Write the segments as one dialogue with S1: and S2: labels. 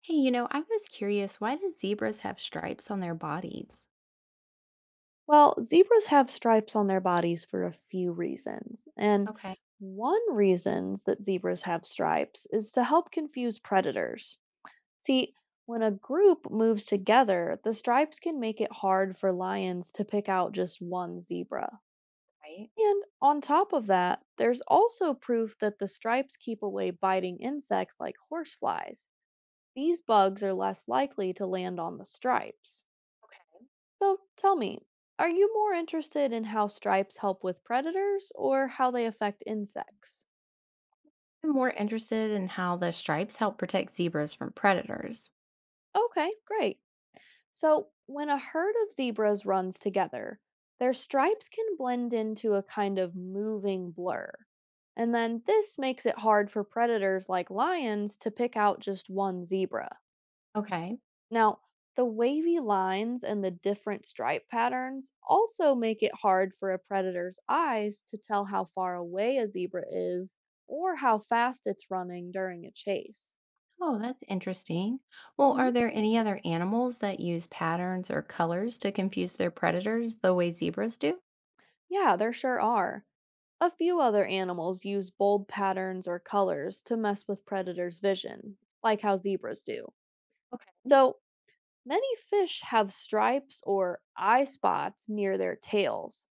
S1: Hey, I was curious, why do zebras have stripes on their bodies?
S2: Well, zebras have stripes on their bodies for a few reasons. And
S1: Okay,
S2: one reason that zebras have stripes is to help confuse predators. See, when a group moves together, the stripes can make it hard for lions to pick out just one zebra.
S1: right.
S2: And on top of that, there's also proof that the stripes keep away biting insects like horseflies. These bugs are less likely to land on the stripes.
S1: Okay.
S2: So tell me, are you more interested in how stripes help with predators or how they affect insects?
S1: I'm more interested in how the stripes help protect zebras from predators.
S2: Okay, great. So when a herd of zebras runs together, their stripes can blend into a kind of moving blur. And then this makes it hard for predators like lions to pick out just one zebra.
S1: Okay.
S2: Now, the wavy lines and the different stripe patterns also make it hard for a predator's eyes to tell how far away a zebra is or how fast it's running during a chase.
S1: Oh, that's interesting. Well,
S2: Hmm.
S1: are there any other animals that use patterns or colors to confuse their predators the way zebras do?
S2: Yeah, there sure are. A few other animals use bold patterns or colors to mess with predators' vision, like how zebras do.
S1: Okay.
S2: So, many fish have stripes or eye spots near their tails,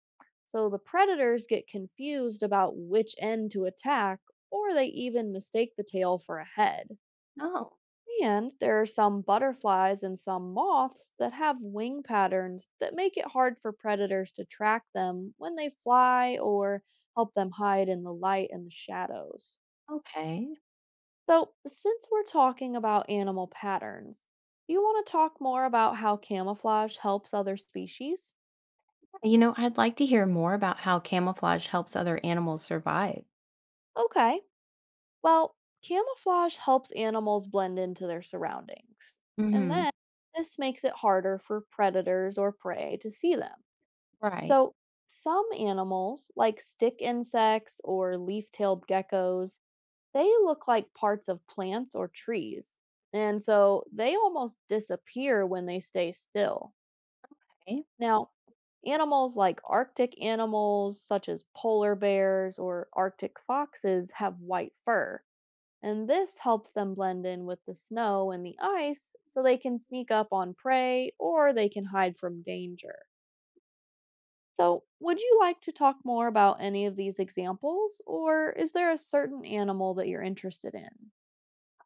S2: so the predators get confused about which end to attack, or they even mistake the tail for a head.
S1: Oh,
S2: And there are some butterflies and some moths that have wing patterns that make it hard for predators to track them when they fly or help them hide in the light and the shadows.
S1: okay.
S2: So, since we're talking about animal patterns, do you want to talk more about how camouflage helps other species?
S1: I'd like to hear more about how camouflage helps other animals survive.
S2: Okay, well, camouflage helps animals blend into their surroundings, and
S1: Mm-hmm.
S2: then this makes it harder for predators or prey to see them.
S1: Right.
S2: So, some animals, like stick insects or leaf tailed geckos, they look like parts of plants or trees, and so they almost disappear when they stay still. Now, animals like Arctic animals, such as polar bears or Arctic foxes, have white fur, and this helps them blend in with the snow and the ice so they can sneak up on prey or they can hide from danger. So, would you like to talk more about any of these examples, or is there a certain animal that you're interested in?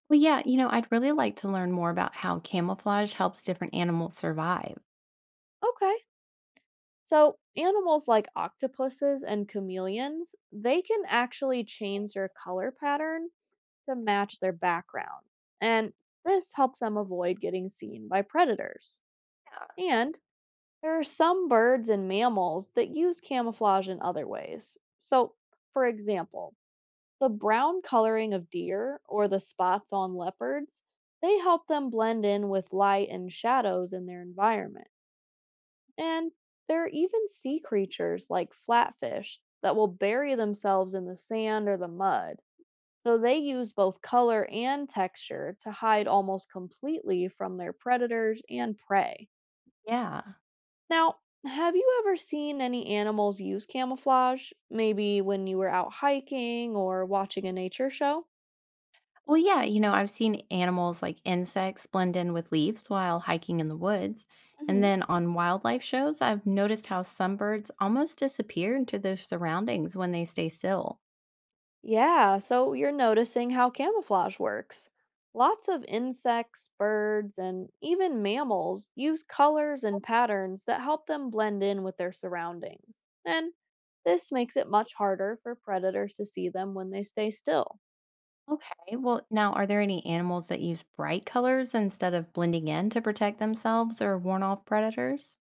S1: Well, yeah, I'd really like to learn more about how camouflage helps different animals survive.
S2: Okay. So, animals like octopuses and chameleons, they can actually change their color pattern to match their background, and this helps them avoid getting seen by predators.
S1: Yeah.
S2: And there are some birds and mammals that use camouflage in other ways. So, for example, the brown coloring of deer or the spots on leopards, they help them blend in with light and shadows in their environment. And there are even sea creatures like flatfish that will bury themselves in the sand or the mud so they use both color and texture to hide almost completely from their predators and prey.
S1: Yeah.
S2: Now, have you ever seen any animals use camouflage? Maybe when you were out hiking or watching a nature show?
S1: Well, yeah, I've seen animals like insects blend in with leaves while hiking in the woods. And
S2: Mhm.
S1: then on wildlife shows, I've noticed how some birds almost disappear into their surroundings when they stay still.
S2: Yeah, so you're noticing how camouflage works. Lots of insects, birds, and even mammals use colors and patterns that help them blend in with their surroundings. And this makes it much harder for predators to see them when they stay still.
S1: Okay. Well, now, are there any animals that use bright colors instead of blending in to protect themselves or warn off predators?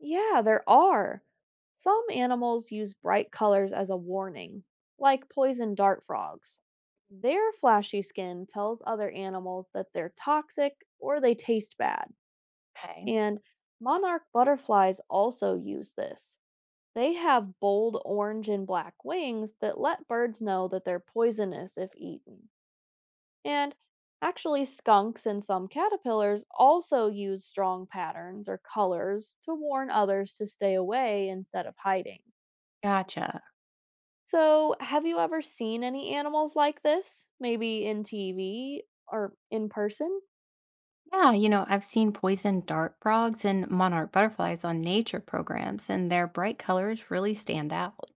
S2: Yeah, there are. Some animals use bright colors as a warning, like poison dart frogs. Their flashy skin tells other animals that they're toxic or they taste bad.
S1: Okay.
S2: And monarch butterflies also use this. They have bold orange and black wings that let birds know that they're poisonous if eaten. And actually, skunks and some caterpillars also use strong patterns or colors to warn others to stay away instead of hiding.
S1: Gotcha.
S2: So, have you ever seen any animals like this? Maybe in TV or in person?
S1: Yeah, I've seen poison dart frogs and monarch butterflies on nature programs, and their bright colors really stand out.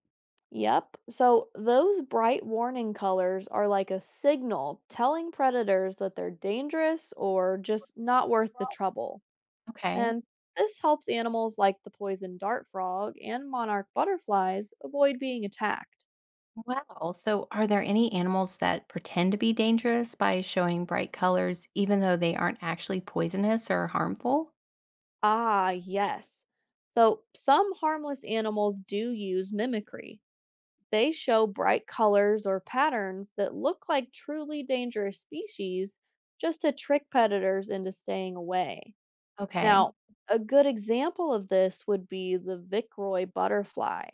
S2: Yep. So those bright warning colors are like a signal telling predators that they're dangerous or just not worth the
S1: Wow.
S2: trouble.
S1: Okay.
S2: And this helps animals like the poison dart frog and monarch butterflies avoid being attacked.
S1: Wow. So are there any animals that pretend to be dangerous by showing bright colors, even though they aren't actually poisonous or harmful?
S2: Ah, yes. So some harmless animals do use mimicry. They show bright colors or patterns that look like truly dangerous species just to trick predators into staying away.
S1: Okay.
S2: Now, a good example of this would be the Vicroy butterfly.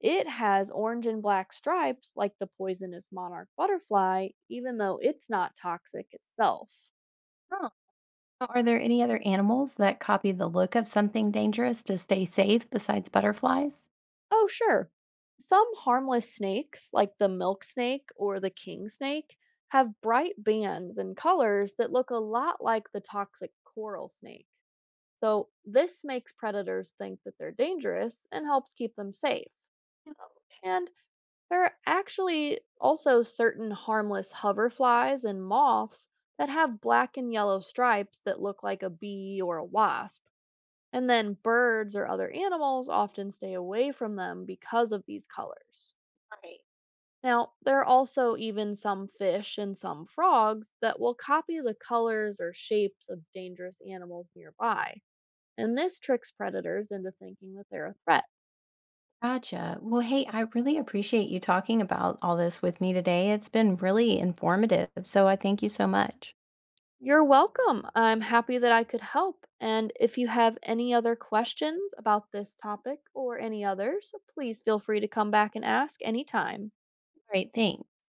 S2: It has orange and black stripes like the poisonous monarch butterfly, even though it's not toxic itself.
S1: Huh. So are there any other animals that copy the look of something dangerous to stay safe besides butterflies?
S2: Oh, sure. Some harmless snakes, like the milk snake or the king snake, have bright bands and colors that look a lot like the toxic coral snake. So, this makes predators think that they're dangerous and helps keep them safe. And there are actually also certain harmless hoverflies and moths that have black and yellow stripes that look like a bee or a wasp. And then birds or other animals often stay away from them because of these colors.
S1: Right.
S2: Now, there are also even some fish and some frogs that will copy the colors or shapes of dangerous animals nearby. And this tricks predators into thinking that they're a threat.
S1: Gotcha. Well, hey, I really appreciate you talking about all this with me today. It's been really informative. So I thank you so much.
S2: You're welcome. I'm happy that I could help. And if you have any other questions about this topic or any others, please feel free to come back and ask anytime.
S1: All right. Thanks.